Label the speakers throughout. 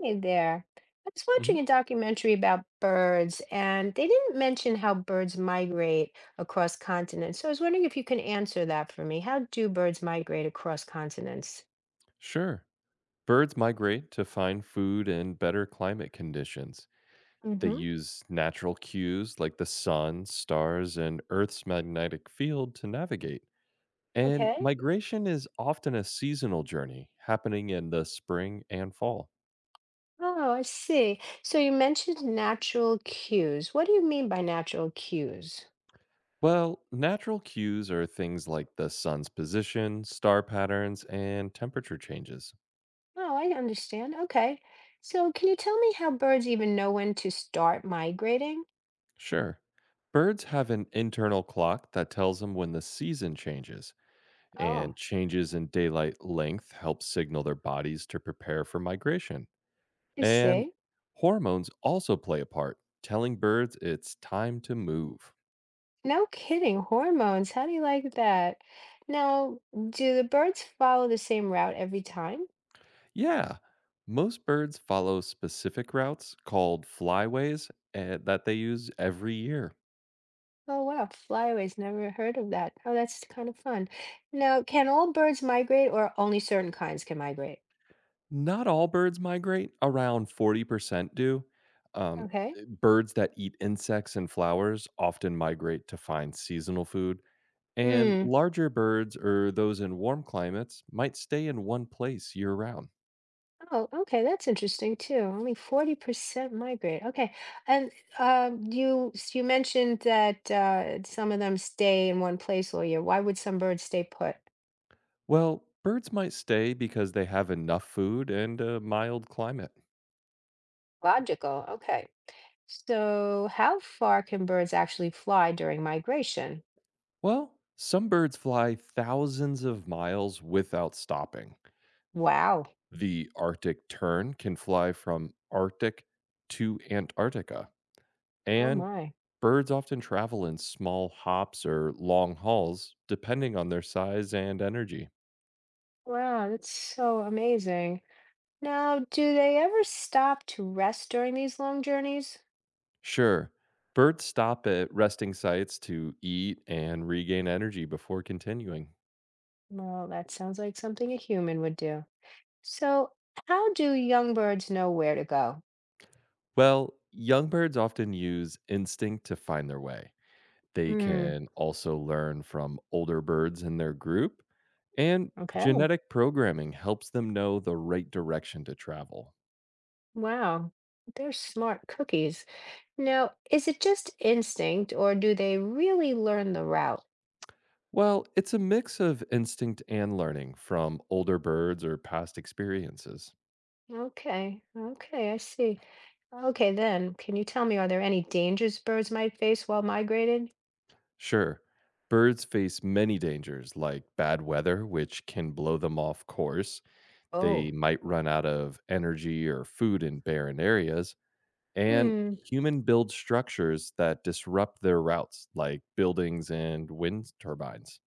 Speaker 1: Hey there. I was
Speaker 2: Hmm.
Speaker 1: watching a documentary about birds, and they didn't mention how birds migrate across continents. So I was wondering if you can answer that for me. How do birds migrate across continents?
Speaker 2: Sure. Birds migrate to find food and better climate conditions. They
Speaker 1: Hmm.
Speaker 2: use natural cues like the sun, stars, and Earth's magnetic field to navigate. And
Speaker 1: Okay.
Speaker 2: migration is often a seasonal journey happening in the spring and fall.
Speaker 1: Oh, I see. So you mentioned natural cues. What do you mean by natural cues?
Speaker 2: Well, natural cues are things like the sun's position, star patterns, and temperature changes.
Speaker 1: Oh, I understand. Okay. So can you tell me how birds even know when to start migrating?
Speaker 2: Sure. Birds have an internal clock that tells them when the season changes, and
Speaker 1: Oh,
Speaker 2: changes in daylight length help signal their bodies to prepare for migration.
Speaker 1: I
Speaker 2: And
Speaker 1: see.
Speaker 2: hormones also play a part, telling birds it's time to move.
Speaker 1: No kidding, hormones. How do you like that? Now, do the birds follow the same route every time?
Speaker 2: Yeah, most birds follow specific routes called flyways, that they use every year.
Speaker 1: Oh wow, flyaways, never heard of that. Oh, that's kind of fun. Now, can all birds migrate or only certain kinds can migrate?
Speaker 2: Not all birds migrate, around 40% do. Um,
Speaker 1: Okay.
Speaker 2: Birds that eat insects and flowers often migrate to find seasonal food. And
Speaker 1: Mm.
Speaker 2: larger birds or those in warm climates might stay in one place year round.
Speaker 1: Oh, okay, that's interesting too. Only 40% migrate. Okay. And you you mentioned that some of them stay in one place all year. Why would some birds stay put?
Speaker 2: Well, birds might stay because they have enough food and a mild climate.
Speaker 1: Logical. Okay. So, how far can birds actually fly during migration?
Speaker 2: Well, some birds fly thousands of miles without stopping.
Speaker 1: Wow.
Speaker 2: The Arctic tern can fly from Arctic to Antarctica.
Speaker 1: Oh
Speaker 2: And
Speaker 1: my.
Speaker 2: birds often travel in small hops or long hauls, depending on their size and energy.
Speaker 1: Wow, that's so amazing. Now, do they ever stop to rest during these long journeys?
Speaker 2: Sure. Birds stop at resting sites to eat and regain energy before continuing.
Speaker 1: Well, that sounds like something a human would do. So, how do young birds know where to go?
Speaker 2: Well, young birds often use instinct to find their way. They
Speaker 1: Hmm.
Speaker 2: can also learn from older birds in their group, and
Speaker 1: Okay.
Speaker 2: genetic programming helps them know the right direction to travel.
Speaker 1: Wow. They're smart cookies. Now, is it just instinct or do they really learn the route?
Speaker 2: Well, it's a mix of instinct and learning from older birds or past experiences.
Speaker 1: Okay. Okay, I see. Okay, then, can you tell me, are there any dangers birds might face while migrating?
Speaker 2: Sure. Birds face many dangers like bad weather, which can blow them off course. They
Speaker 1: Oh.
Speaker 2: might run out of energy or food in barren areas. And
Speaker 1: Hmm.
Speaker 2: human build structures that disrupt their routes, like buildings and wind turbines.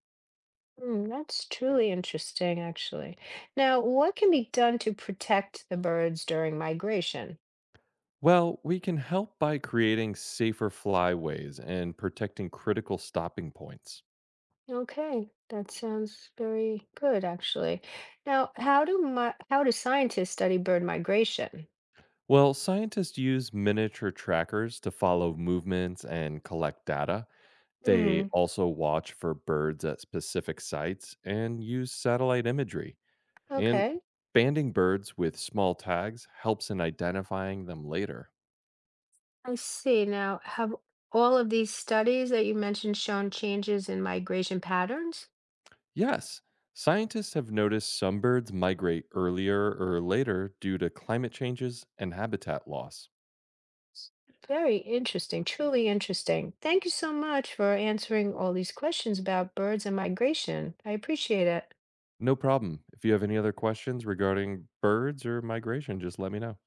Speaker 1: Hmm, that's truly interesting, actually. Now, what can be done to protect the birds during migration?
Speaker 2: Well, we can help by creating safer flyways and protecting critical stopping points.
Speaker 1: Okay, that sounds very good, actually. Now, how do scientists study bird migration?
Speaker 2: Well, scientists use miniature trackers to follow movements and collect data. They
Speaker 1: Hmm,
Speaker 2: also watch for birds at specific sites and use satellite imagery. And
Speaker 1: okay,
Speaker 2: banding birds with small tags helps in identifying them later.
Speaker 1: I see. Now, have all of these studies that you mentioned shown changes in migration patterns?
Speaker 2: Yes, scientists have noticed some birds migrate earlier or later due to climate changes and habitat loss.
Speaker 1: Very interesting, truly interesting. Thank you so much for answering all these questions about birds and migration. I appreciate it.
Speaker 2: No problem. If you have any other questions regarding birds or migration, just let me know.